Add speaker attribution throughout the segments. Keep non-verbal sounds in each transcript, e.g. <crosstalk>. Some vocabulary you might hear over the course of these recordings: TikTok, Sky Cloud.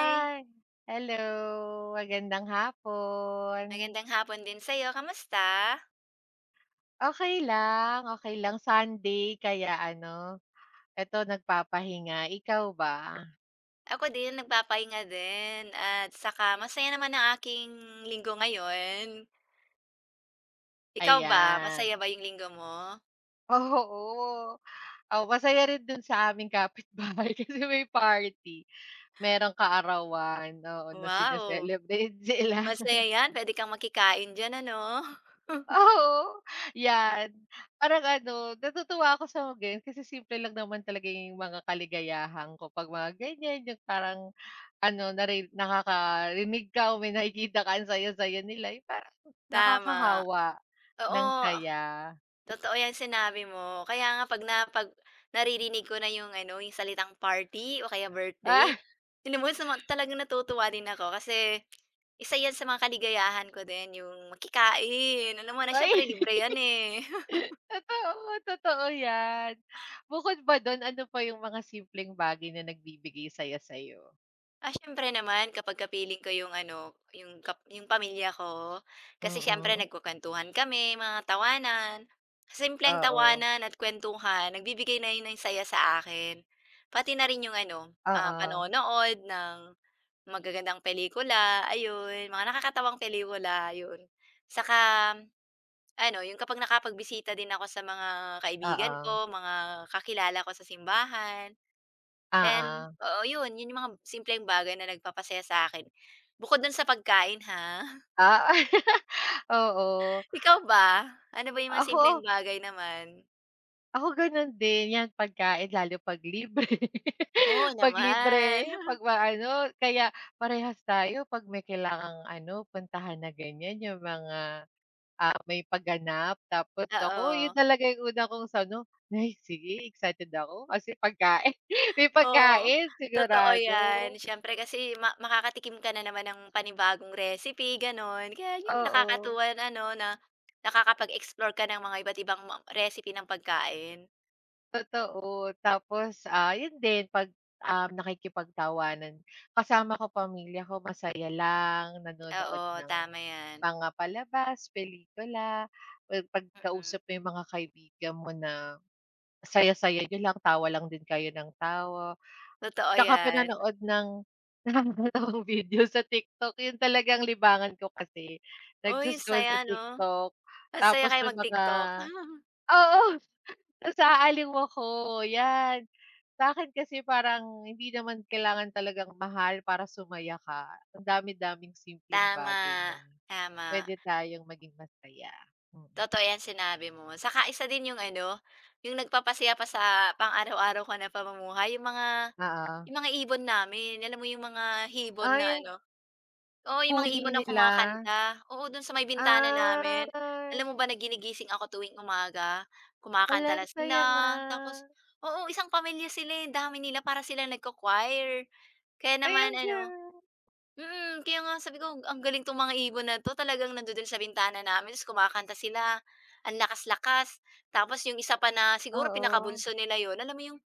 Speaker 1: Hi,
Speaker 2: Hi. Hello, magandang hapon.
Speaker 1: magandang hapon din sa'yo, kamusta?
Speaker 2: Okay lang Sunday kaya ano, eto nagpapahinga, ikaw ba?
Speaker 1: Ako din nagpapahinga din at saka masaya naman ang aking linggo ngayon. Ikaw ba,
Speaker 2: Ayan,
Speaker 1: masaya ba yung linggo mo?
Speaker 2: <laughs> oo. Oh, masaya rin dun sa aming kapitbahay <laughs> kasi may party, merong kaarawan, oo, na
Speaker 1: Wow,
Speaker 2: sine-celebrate sila.
Speaker 1: masaya yan, pwede kang makikain diyan ano? <laughs>
Speaker 2: Oo, 'yan. Parang ano, natutuwa ako sa mga ganyan kasi simple lang naman talaga yung mga kaligayahan ko 'pag mga ganyan, yung parang ano, nakakarinig ka o may nakikita ka ang saya-saya nila, yung parang
Speaker 1: Tama,
Speaker 2: nakakahawa ng
Speaker 1: oo,
Speaker 2: saya.
Speaker 1: totoo yang sinabi mo. Kaya nga 'pag naririnig ko na yung ano, yung salitang party o kaya birthday,
Speaker 2: Ah, <laughs>
Speaker 1: alam mo sama talagang natutuwa din ako kasi isa 'yan sa mga kaligayahan ko din yung makikain, alam mo na
Speaker 2: ay,
Speaker 1: siyempre libre 'yan, eh.
Speaker 2: <laughs> totoo, totoo 'yan. Bukod ba dun, ano pa yung mga simpleng bagay na nagbibigay saya sa'yo?
Speaker 1: Ah, siyempre naman kapag ko yung ano, yung yung pamilya ko. Kasi siyempre
Speaker 2: Mm,
Speaker 1: nagkukuwentuhan kami, mga tawanan. Simpleng
Speaker 2: oo.
Speaker 1: tawanan at kuwentuhan nagbibigay na yun ng saya sa akin. Pati na rin yung ano,
Speaker 2: Oo, oo,
Speaker 1: panonood ng magagandang pelikula, ayun, mga nakakatawang pelikula, yun. Saka ano, yung kapag nakapagbisita din ako sa mga kaibigan
Speaker 2: oo.
Speaker 1: ko, mga kakilala ko sa simbahan. And
Speaker 2: Oo.
Speaker 1: oo, yun, yun yung mga simpleng bagay na nagpapasaya sa akin bukod dun sa pagkain, ha.
Speaker 2: Ah. <laughs> Oo.
Speaker 1: <laughs> Ikaw ba, ano ba yung mga simpleng
Speaker 2: Ako
Speaker 1: bagay naman?
Speaker 2: ako gano'n din, 'yan pagkain lalo 'pag libre.
Speaker 1: Oo
Speaker 2: <laughs> 'Pag
Speaker 1: naman,
Speaker 2: libre, 'pag
Speaker 1: <laughs>
Speaker 2: maano, kaya parehas tayo 'pag may kailangang ano, puntahan na ganiyan, yung mga, ah, may pagganap tapos ako yun
Speaker 1: oo.
Speaker 2: talaga yung una kong sa ano, "Ay sige excited ako." Kasi pagkain, <laughs> may
Speaker 1: Oo,
Speaker 2: pagkain
Speaker 1: totoo yan.
Speaker 2: sigurado,
Speaker 1: Siyempre kasi makakatikim ka na naman ng panibagong recipe, gano'n. Kaya yun,
Speaker 2: oo.
Speaker 1: nakakatuwa na ano, na nakakapag-explore ka ng mga iba't ibang recipe ng pagkain.
Speaker 2: Totoo. Tapos, ah, yun din 'pag, nakikipagtawanan kasama ko pamilya ko masaya lang, nanonood
Speaker 1: Oo,
Speaker 2: ng
Speaker 1: tama yan,
Speaker 2: mga palabas, pelikula, well, 'pag kausap mo
Speaker 1: mm.
Speaker 2: yung mga kaibigan mo na saya-saya niyo lang, tawa lang din kayo ng tawa,
Speaker 1: Totoo
Speaker 2: tsaka
Speaker 1: yan.
Speaker 2: pinanood ng <laughs> nakakatawang video sa TikTok, yun talagang libangan ko kasi nagso
Speaker 1: Uy, ang saya
Speaker 2: sa
Speaker 1: 'no?
Speaker 2: TikTok
Speaker 1: Ang saya
Speaker 2: tapos
Speaker 1: kaya
Speaker 2: may mga
Speaker 1: mag-TikTok. <laughs>
Speaker 2: oo. Tapos aaliw ako, 'yan. Sa'kin kasi parang hindi naman kailangan talagang mahal para sumaya ka. Ang dami-daming simpleng
Speaker 1: Tama,
Speaker 2: bagay na
Speaker 1: tama.
Speaker 2: puwede tayong maging masaya, mm.
Speaker 1: Totoo 'yan sinabi mo. Saka isa din yung ano, yung nagpapasaya pa sa pang-araw-araw ka na pamumuhay, yung mga
Speaker 2: Oo.
Speaker 1: Yung mga ibon namin, alam mo yung mga
Speaker 2: Ah,
Speaker 1: hibon na
Speaker 2: yung
Speaker 1: ano, oo, yung mga
Speaker 2: huni
Speaker 1: ibon na
Speaker 2: nila,
Speaker 1: kumakanta. Oo, dun sa may bintana namin.
Speaker 2: ay
Speaker 1: Alam mo ba na ginigising ako tuwing umaga, kumakanta
Speaker 2: walang
Speaker 1: na sila.
Speaker 2: saya nga,
Speaker 1: Tapos, oo, isang pamilya sila, eh, ang dami nila para sila nagko-choir. Kaya
Speaker 2: ay
Speaker 1: naman
Speaker 2: ang
Speaker 1: ano,
Speaker 2: galing.
Speaker 1: kaya nga sabi ko, "Ang galing 'tong mga ibon na 'to." Talagang nandoon sa bintana namin ta's kumakanta sila, ang lakas-lakas. Tapos yung isa pa na siguro
Speaker 2: Oo.
Speaker 1: pinakabunso nila yon, alam mo yung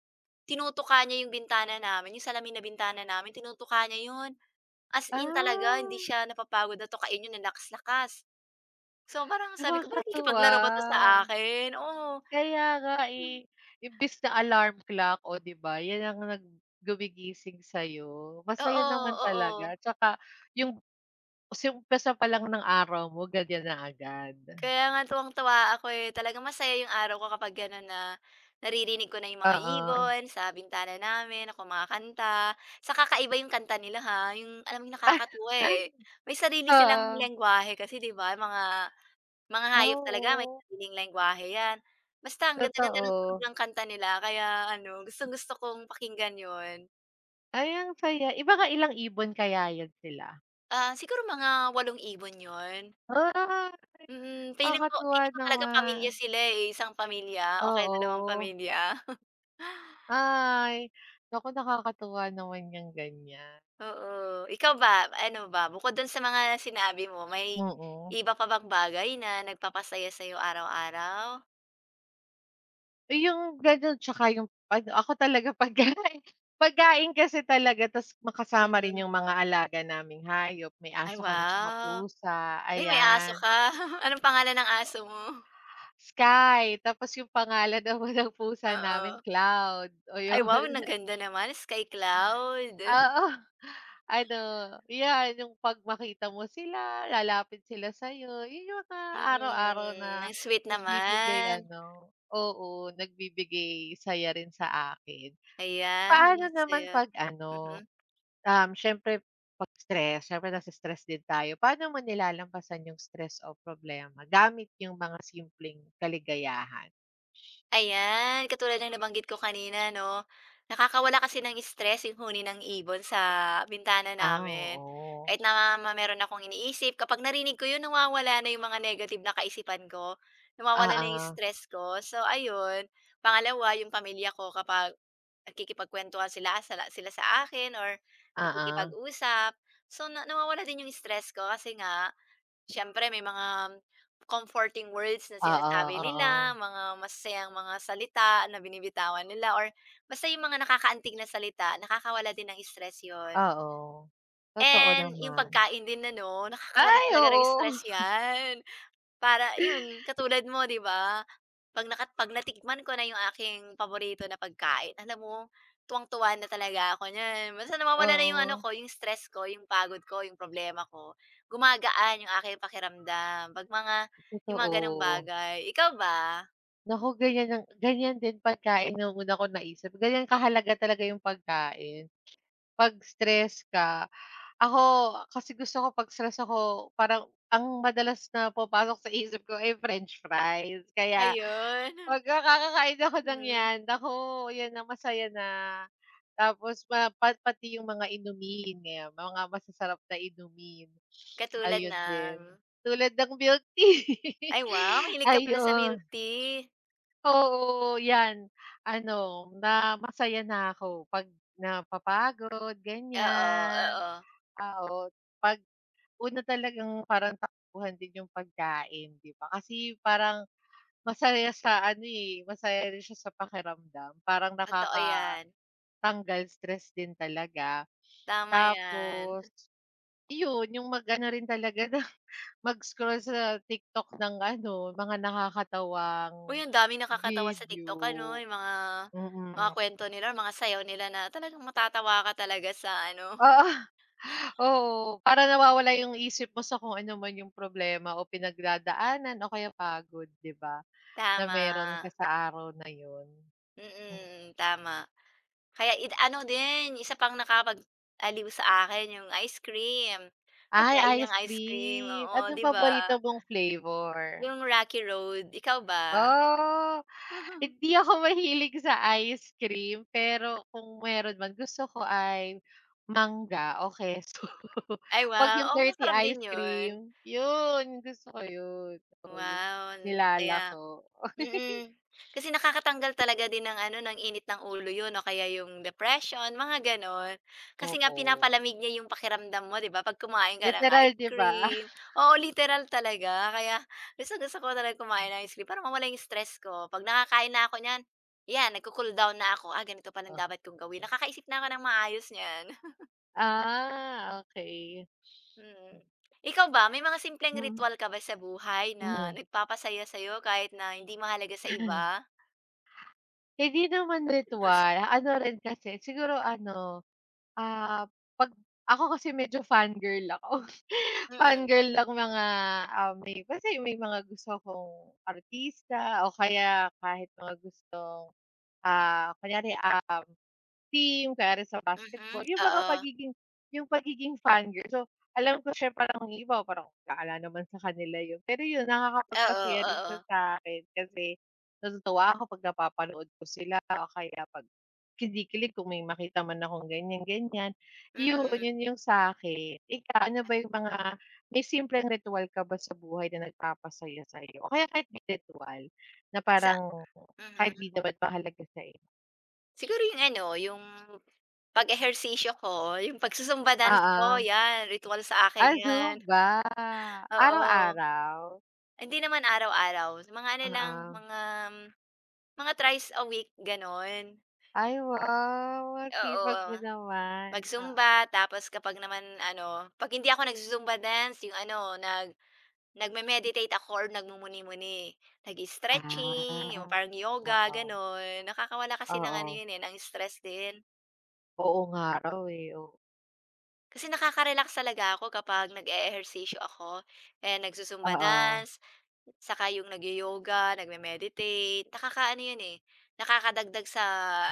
Speaker 1: tinutuka niya yung bintana namin, yung salamin na bintana namin tinutuka niya yun. As in talaga
Speaker 2: Ah,
Speaker 1: hindi siya napapagod na tukain yun ng lakas-lakas. So, parang sabi ko, "Parang
Speaker 2: nakakatuwa.
Speaker 1: nakikipaglaro ba 'to sa akin?" Oo.
Speaker 2: Kaya nga
Speaker 1: Hmm.
Speaker 2: eh, imbis na alarm clock o 'di ba, 'yan ang nag gumigising sa'yo. Masaya
Speaker 1: Oo,
Speaker 2: naman
Speaker 1: oo.
Speaker 2: talaga tsaka yung s umpisa pa lang ng araw mo ganyan na agad.
Speaker 1: Kaya nga tuwang-tuwa ako, eh, talagang masaya yung araw ko kapag gano'n na naririnig ko na yung mga
Speaker 2: Oo.
Speaker 1: ibon sa bintana namin na kumakanta. Sa kakaiba yung kanta nila, ha, yung alam mo yung nakakatuwa, eh.
Speaker 2: <laughs>
Speaker 1: May sarili silang
Speaker 2: Oo.
Speaker 1: lengguwahe kasi, 'di ba, mga
Speaker 2: Ah,
Speaker 1: hayop talaga may
Speaker 2: oo,
Speaker 1: sariling lengguwahe 'yan. Basta ang ganda-ganda ng tunog
Speaker 2: totoo.
Speaker 1: ng kanta nila kaya ano, gustong-gusto kong pakinggan 'yun.
Speaker 2: Ay ang saya, eh, mga ilang ibon kaya 'yan sila?
Speaker 1: Ah, siguro mga walong ibon 'yun.
Speaker 2: Ah,
Speaker 1: Mm,
Speaker 2: nakakatuwa
Speaker 1: feeling ko talaga
Speaker 2: naman.
Speaker 1: pamilya sila, eh, isang pamilya o kaya dalawang
Speaker 2: Oo.
Speaker 1: pamilya. <laughs>
Speaker 2: Ay, naku nakakatuwa naman yang ganyan.
Speaker 1: Oo, ikaw ba, ano ba, bukod dun sa mga sinabi mo, may
Speaker 2: Mm.
Speaker 1: iba pa bang bagay na nagpapasaya sa'yo araw-araw?
Speaker 2: Eh, yung gano'n tsaka yung ano ako talaga <laughs> pagkain pagkain kasi talaga ta's makasama rin
Speaker 1: Mhm.
Speaker 2: yung mga alaga naming hayop. May
Speaker 1: Ay
Speaker 2: aso kami tsaka
Speaker 1: wow!
Speaker 2: pusa,
Speaker 1: Uy, may aso
Speaker 2: ayan.
Speaker 1: ka. <laughs> Anong pangalan ng aso mo?
Speaker 2: Sky, tapos yung pangalan <laughs> naman ng pusa namin
Speaker 1: Oo.
Speaker 2: Cloud, o
Speaker 1: Ay
Speaker 2: yun.
Speaker 1: wow, ang
Speaker 2: <laughs>
Speaker 1: ganda naman, Sky Cloud. <laughs>
Speaker 2: Oo, ano, yan yung 'pag makita mo sila, lalapit sila sa'yo, yun yung mga araw-araw
Speaker 1: Mm,
Speaker 2: na
Speaker 1: ang sweet
Speaker 2: nagbibigay
Speaker 1: naman.
Speaker 2: ano oo, nagbibigay saya rin sa akin.
Speaker 1: Ayan,
Speaker 2: Paano
Speaker 1: ang
Speaker 2: naman
Speaker 1: saya.
Speaker 2: 'pag
Speaker 1: Mhm.
Speaker 2: ano, siyempre 'pag stress, siyempre nase-stress din tayo. Paano mo nilalampasan yung stress o problema gamit yung mga simpleng kaligayahan?
Speaker 1: Ayan, katulad ng nabanggit ko kanina 'no, nakakawala kasi ng stress yung huni ng ibon sa bintana
Speaker 2: Ah,
Speaker 1: namin.
Speaker 2: oo.
Speaker 1: Kahit na meron akong iniisip, kapag narinig ko yun nawawala na yung mga negative na kaisipan ko, nawawala na yung
Speaker 2: Oo,
Speaker 1: stress ko. So ayun, pangalawa yung pamilya ko kapag nagkikipagkwentuhan sila sa akin or
Speaker 2: oo.
Speaker 1: nagkikipag-usap, so na nawawala din yung stress ko kasi nga siyempre may mga comforting words na
Speaker 2: Oo,
Speaker 1: sinasabi nila,
Speaker 2: oo.
Speaker 1: mga masasayang mga salita na binibitawan nila or basta yung mga nakakaantig na salita, nakakawala din ng stress yun.
Speaker 2: Oo. Totoo
Speaker 1: And yung
Speaker 2: naman.
Speaker 1: pagkain din na ano, nakakawala
Speaker 2: Ay,
Speaker 1: talaga ng
Speaker 2: oo.
Speaker 1: stress 'yan. Para yun, katulad mo 'di ba, 'pag natikman ko na yung aking paborito na pagkain, alam mo tuwang-tuwa na talaga ako niyan. Basta nawawala na yung ano
Speaker 2: Oo,
Speaker 1: ko, yung stress ko, yung pagod ko, yung problema ko. Gumagaan yung aking pakiramdam 'pag yung mga gano'ng
Speaker 2: totoo.
Speaker 1: bagay. Ikaw ba?
Speaker 2: Naku, ganyan ang ganyan din pagkain yung una kong naisip. Ganyan kahalaga talaga yung pagkain. 'Pag stress ka Ako, kasi gusto ko 'pag stress ako parang ang madalas na pumapasok sa isip ko ay french fries. Kaya
Speaker 1: Ayun,
Speaker 2: 'pag
Speaker 1: <laughs>
Speaker 2: kakakain ako ng
Speaker 1: mm.
Speaker 2: 'yan, naku, 'yan na masaya na. Tapos ma pa pati yung mga inumin, ngayon mga masasarap na inumin,
Speaker 1: Katulad
Speaker 2: ayun
Speaker 1: ng,
Speaker 2: din. Tulad ng milk tea.
Speaker 1: ay
Speaker 2: <laughs>
Speaker 1: wow, mahilig ka pala sa
Speaker 2: Ayun,
Speaker 1: milk tea.
Speaker 2: oo, 'yan. Ano, na masaya na ako 'pag napapagod,
Speaker 1: Oo,
Speaker 2: ganyan.
Speaker 1: oo.
Speaker 2: Ah, oo, 'pag Una talagang parang takbuhan din yung pagkain, 'di ba? Kasi parang masaya sa ano, eh, masaya rin siya sa pakiramdam. Parang
Speaker 1: Totoo
Speaker 2: nakakatanggal
Speaker 1: 'yan,
Speaker 2: stress din talaga.
Speaker 1: tama 'yan.
Speaker 2: Tapos iyon, yung mag-ano rin talaga na <laughs> mag-scroll sa TikTok ng ano, mga
Speaker 1: Uy,
Speaker 2: nakakatawang
Speaker 1: ang daming nakakatawa sa
Speaker 2: video.
Speaker 1: TikTok ano, yung mga
Speaker 2: Mm.
Speaker 1: kuwento nila, mga sayaw nila na talagang matatawa ka talaga sa ano,
Speaker 2: Oo, <laughs> oo. Para nawawala yung isip mo sa kung ano man yung problema o pinagdadaanan o kaya pagod, 'di ba? Na meron ka
Speaker 1: tama,
Speaker 2: sa araw na yun. Hmm,
Speaker 1: mm, tama. Kaya ano din, isa pang nakapag-aliw sa akin yung ice cream,
Speaker 2: ay
Speaker 1: pagkain ng
Speaker 2: ice
Speaker 1: ice cream,
Speaker 2: cream.
Speaker 1: oo,
Speaker 2: Anong
Speaker 1: 'di
Speaker 2: paborito
Speaker 1: ba?
Speaker 2: mong flavor?
Speaker 1: Yung Rocky Road, ikaw ba?
Speaker 2: Oh, hindi
Speaker 1: <laughs>
Speaker 2: ako mahilig sa ice cream, pero kung meron man gusto ko ay mangga o keso. <laughs>
Speaker 1: Ay
Speaker 2: 'Pag
Speaker 1: wow,
Speaker 2: yung
Speaker 1: oo
Speaker 2: dirty
Speaker 1: masarap din
Speaker 2: ice
Speaker 1: yun.
Speaker 2: cream, yun gusto ko yun. Oo, yun
Speaker 1: Wow, ang saya.
Speaker 2: nilalako,
Speaker 1: Mm. Kasi nakakatanggal talaga din ng ano, ng init ng ulo yun o kaya yung depression, mga gano'n. Kasi nga
Speaker 2: oo.
Speaker 1: pinapalamig niya yung pakiramdam mo, 'di ba, 'pag kumain ka ng
Speaker 2: Literal
Speaker 1: ice
Speaker 2: 'di ba?
Speaker 1: cream. Oo, literal talaga. Kaya gustong-gusto ko talaga kumain ng ice cream para mawala yung stress ko. 'Pag nakakain na ako niyan, 'yan, nagco-cool down na ako. "Ah, ganito pala ang dapat
Speaker 2: <laughs>
Speaker 1: kong gawin." Nakakaisip na ako ng maayos niyan. <laughs>
Speaker 2: Ah, okay.
Speaker 1: Mm. Ikaw ba, may mga simpleng
Speaker 2: Mm,
Speaker 1: ritwal ka ba sa buhay na
Speaker 2: mm.
Speaker 1: nagpapasaya sa'yo kahit na hindi mahalaga sa iba?
Speaker 2: Hindi naman ritwal, ano rin kasi siguro ano, ah, 'pag ako kasi medyo fangirl ako. <laughs>
Speaker 1: Mm.
Speaker 2: Fangirl ng mga, ah, may kasi may mga gusto akong artista o kaya kahit mga gustong, ah, kunyari, ah team, kaya rin sa
Speaker 1: Mhm.
Speaker 2: basketball, yung mga
Speaker 1: Oo.
Speaker 2: pagiging yung pagiging fangirl. So, alam ko siya parang yung iba parang bahala naman sa kanila yun. Pero yun,
Speaker 1: Oo,
Speaker 2: nakakapagpasaya rin
Speaker 1: oo.
Speaker 2: siya sa'kin kasi natutuwa ako 'pag napapanood ko sila o kaya 'pag kinikilig kung may makita man akong ganyan, ganyan. Yun,
Speaker 1: Mm.
Speaker 2: yun yung sa'kin. Ikaw, ano ba yung mga may simpleng ritual ka ba sa buhay na nagpapasaya sa'yo o kaya kahit di ritwal na
Speaker 1: Sa
Speaker 2: parang
Speaker 1: Mhm.
Speaker 2: kahit di naman mahalaga sa'yo?
Speaker 1: Siguro yung ano, yung pag-ehersisyo ko, yung pagzu-zumba dance ko,
Speaker 2: Oo.
Speaker 1: 'yan ritwal sa akin
Speaker 2: Ah,
Speaker 1: 'yan,
Speaker 2: Zumba,
Speaker 1: oo.
Speaker 2: araw-araw?
Speaker 1: Hindi naman araw-araw, mga ano lang,
Speaker 2: Oo.
Speaker 1: mga thrice a week gano'n,
Speaker 2: Ay, wow, ang sipag
Speaker 1: oo.
Speaker 2: mo naman, oo.
Speaker 1: Mag-zumba tapos kapag naman ano, 'pag hindi ako nagzu-zumba dance yung ano, nagme-meditate ako or nagmumuni-muni, nag-i-stretching, yung
Speaker 2: Ah,
Speaker 1: parang yoga
Speaker 2: oo,
Speaker 1: gano'n. Nakakawala kasi ng ano
Speaker 2: oo.
Speaker 1: yun, eh, ng stress din.
Speaker 2: Oo nga raw, eh, oo.
Speaker 1: Kasi nakaka-relax talaga ako kapag nag-e-ehersisyo ako, eh, nagzu-zumba
Speaker 2: Oo,
Speaker 1: dance, saka yung nagyo-yoga, nagme-meditate, nakakaano yun, eh, nakakadagdag sa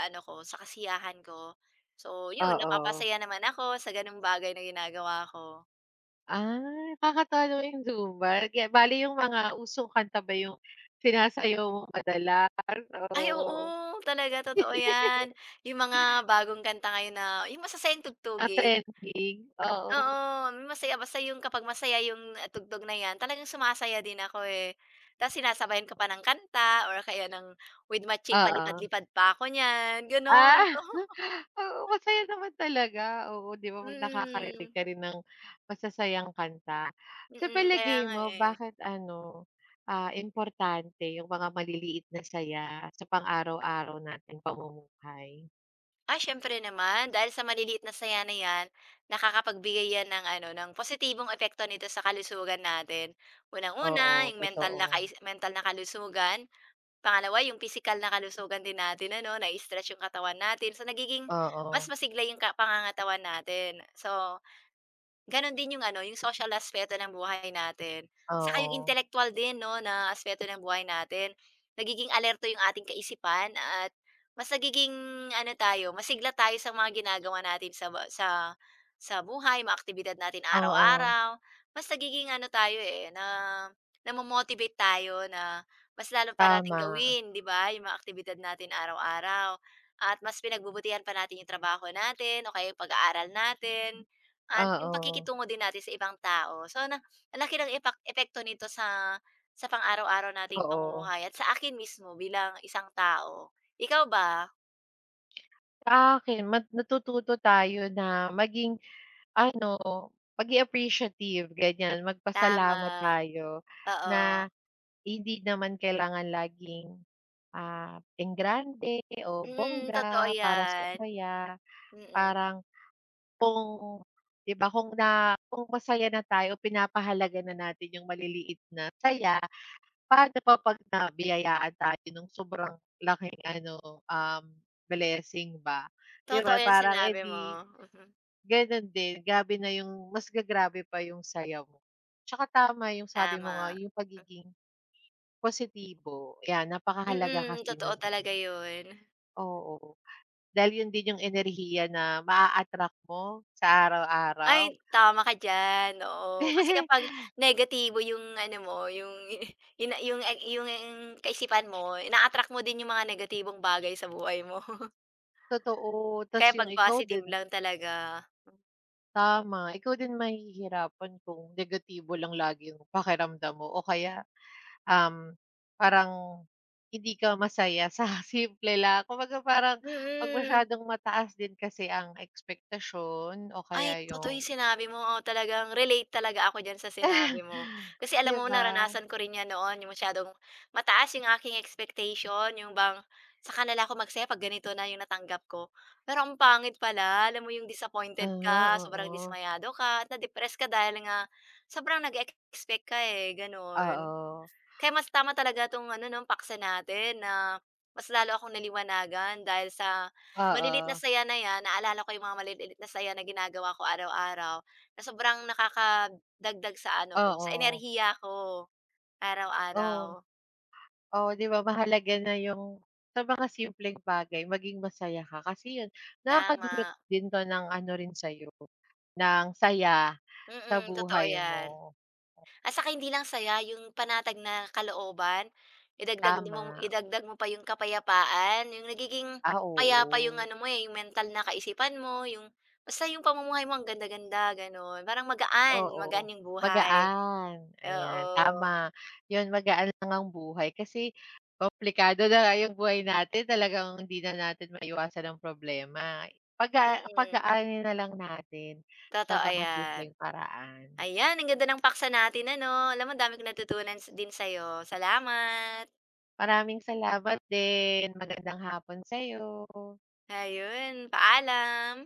Speaker 1: ano ko, sa kasiyahan ko. So yun,
Speaker 2: oo.
Speaker 1: napapasaya naman ako sa gano'ng bagay na ginagawa ko.
Speaker 2: Ah, nakakatuwa naman yung Zumba, kaya bale yung mga usong kanta ba yung sinasayaw mo madalas
Speaker 1: Ay
Speaker 2: o,
Speaker 1: oo, talaga totoo 'yan.
Speaker 2: <laughs>
Speaker 1: Yung mga bagong kanta ngayon na yung masasayang
Speaker 2: ah,
Speaker 1: tugtugin,
Speaker 2: trending,
Speaker 1: oo,
Speaker 2: oo.
Speaker 1: may masaya basta yung kapag masaya yung tugtog na 'yan talagang sumasaya din ako, eh. Tapos sinasabayan ko pa ng kanta or kaya ng with matching
Speaker 2: Oo.
Speaker 1: palipad-lipad pa ako niyan, gano'n.
Speaker 2: Ah,
Speaker 1: <laughs> Oo,
Speaker 2: <laughs> oo, masaya naman talaga. Oo, 'di ba 'pag nakakarinig
Speaker 1: mm.
Speaker 2: ka rin ng masasayang kanta. Sa
Speaker 1: Mm, kaya
Speaker 2: palagay
Speaker 1: nga,
Speaker 2: mo
Speaker 1: eh.
Speaker 2: bakit ano, ah, importante yung mga maliliit na saya sa pang-araw-araw nating pamumuhay?
Speaker 1: Ay, siyempre naman. Dahil sa maliliit na saya na 'yan, nakakapagbigay 'yan ng ano, ng positibong epekto nito sa kalusugan natin.
Speaker 2: Oo,
Speaker 1: Unang-una, yung mental na
Speaker 2: totoo.
Speaker 1: mental na kalusugan. Pangalawa, yung physical na kalusugan din natin ano, na-i-stretch yung katawan natin. So, nagiging mas
Speaker 2: Oo,
Speaker 1: masigla yung pangangatawan natin. So, gano'n din yung ano, yung social na aspeto ng buhay natin. Saka yung
Speaker 2: oo,
Speaker 1: intellectual din 'no, na aspeto ng buhay natin. Nagiging alerto yung ating kaisipan at mas nagiging ano tayo, masigla tayo sa mga ginagawa natin sa ba sa buhay, mga aktibidad natin
Speaker 2: oo,
Speaker 1: araw-araw. Mas nagiging ano tayo, eh, na namo-motivate tayo na mas lalo pa nating
Speaker 2: tama.
Speaker 1: gawin, 'di ba, yung mga aktibidad natin araw-araw at mas pinagbubutihan pa natin yung trabaho natin o kaya yung pag-aaral natin. At yung
Speaker 2: Oo,
Speaker 1: pakikitungo din natin sa ibang tao. So, na ang laki ng epekto nito sa pang-araw-araw nating
Speaker 2: oo.
Speaker 1: pamumuhay at sa akin mismo bilang isang tao. Ikaw ba?
Speaker 2: Sa akin mat natututo tayo na maging ano, maging appreciative ganyan,
Speaker 1: Tama,
Speaker 2: magpasalamat tayo
Speaker 1: oo.
Speaker 2: na hindi naman kailangan laging, ah, enggrande o
Speaker 1: Mm, totoo
Speaker 2: bongga para sa
Speaker 1: 'yan.
Speaker 2: sumaya.
Speaker 1: Mm,
Speaker 2: Parang kung 'di ba kung na kung masaya na tayo, pinapahalaga na natin yung maliliit na saya, paano pa 'pag nabiyayaan tayo nung sobrang laking ano, blessing ba, 'di
Speaker 1: totoo
Speaker 2: ba?
Speaker 1: 'yang
Speaker 2: Parang
Speaker 1: sinabi mo.
Speaker 2: edi
Speaker 1: Mhm,
Speaker 2: gano'n din, grabe na yung mas gagrabe pa yung saya mo. Tsaka tama yung sabi mo nga,
Speaker 1: tama.
Speaker 2: yung pagiging positibo, 'yan napakahalaga
Speaker 1: Mm,
Speaker 2: kasi
Speaker 1: totoo
Speaker 2: nun, eh,
Speaker 1: talaga yun.
Speaker 2: oo. Dahil yun din yung enerhiya na maa-attract mo sa araw-araw.
Speaker 1: Ay, tama ka diyan, oo. Kasi
Speaker 2: <laughs>
Speaker 1: kapag negatibo yung ano mo, yung <laughs> yun yung kaisipan mo, ina-attract mo din yung mga negatibong bagay sa buhay mo. <laughs>
Speaker 2: Totoo, ta's
Speaker 1: Kaya
Speaker 2: yung
Speaker 1: 'pag
Speaker 2: ikaw
Speaker 1: positive
Speaker 2: din
Speaker 1: lang talaga
Speaker 2: tama, ikaw din mahihirapan kung negatibo lang lagi yung pakiramdam mo o kaya Um, parang hindi ka masaya sa <laughs> simple lang. Kumbaga parang 'pag
Speaker 1: mm.
Speaker 2: masyadong mataas din kasi ang expectation o kaya
Speaker 1: Ay, totoo yung
Speaker 2: yung
Speaker 1: sinabi mo, oo, talagang relate talaga ako diyan sa sinabi
Speaker 2: <laughs>
Speaker 1: mo. Kasi
Speaker 2: 'di
Speaker 1: alam mo
Speaker 2: ba?
Speaker 1: naranasan ko rin 'yan noon, yung masyadong mataas yung aking expectation, yung bang sa kanila ako magsaya 'pag ganito na yung natanggap ko. Pero ang pangit pala, alam mo yung disappointed
Speaker 2: Aha,
Speaker 1: ka, sobrang
Speaker 2: oo.
Speaker 1: dismayado ka at na-depress ka dahil nga sobrang nag-expect ka, eh, gano'n.
Speaker 2: Oo.
Speaker 1: Kaya mas tama talaga 'tong ano 'no, paksa natin na mas lalo akong naliwanagan dahil sa malilit
Speaker 2: Oo.
Speaker 1: na saya na 'yan, naalala ko yung mga malilit na saya na ginagawa ko araw-araw na sobrang nakakadagdag sa ano ko, sa
Speaker 2: Oo.
Speaker 1: enerhiya ko
Speaker 2: Oo.
Speaker 1: araw-araw.
Speaker 2: Oo, 'di ba mahalaga na yung sa mga simpleng bagay maging masaya ka kasi yun nakakadulot
Speaker 1: Tama.
Speaker 2: din 'to ng ano rin sa'yo, ng saya sa
Speaker 1: Mm, totoo
Speaker 2: buhay
Speaker 1: 'yan.
Speaker 2: mo.
Speaker 1: At saka hindi lang saya, yung panatag na kalooban, idagdag mo
Speaker 2: Tama.
Speaker 1: idagdag mo pa yung kapayapaan, yung nagiging
Speaker 2: Ah,
Speaker 1: payapa yung
Speaker 2: oo.
Speaker 1: ano mo, eh, yung mental na kaisipan mo, yung basta yung pamumuhay mo ang ganda-ganda, gano'n. Parang magaan,
Speaker 2: Oo,
Speaker 1: magaan yung buhay.
Speaker 2: magaan, ayan
Speaker 1: Oo,
Speaker 2: tama. 'Yun magaan lang ang buhay kasi komplikado na nga yung buhay natin talagang hindi na natin maiwasan ang problema. Paga
Speaker 1: mm,
Speaker 2: pagaanin na lang natin sa
Speaker 1: totoo
Speaker 2: mga
Speaker 1: 'yan.
Speaker 2: simpleng paraan.
Speaker 1: Ayan, ang ganda ng paksa natin ano, alam mo dami kong natutunan din sa'yo. Salamat.
Speaker 2: Maraming salamat din, magandang hapon sa'yo.
Speaker 1: Ayun, paalam.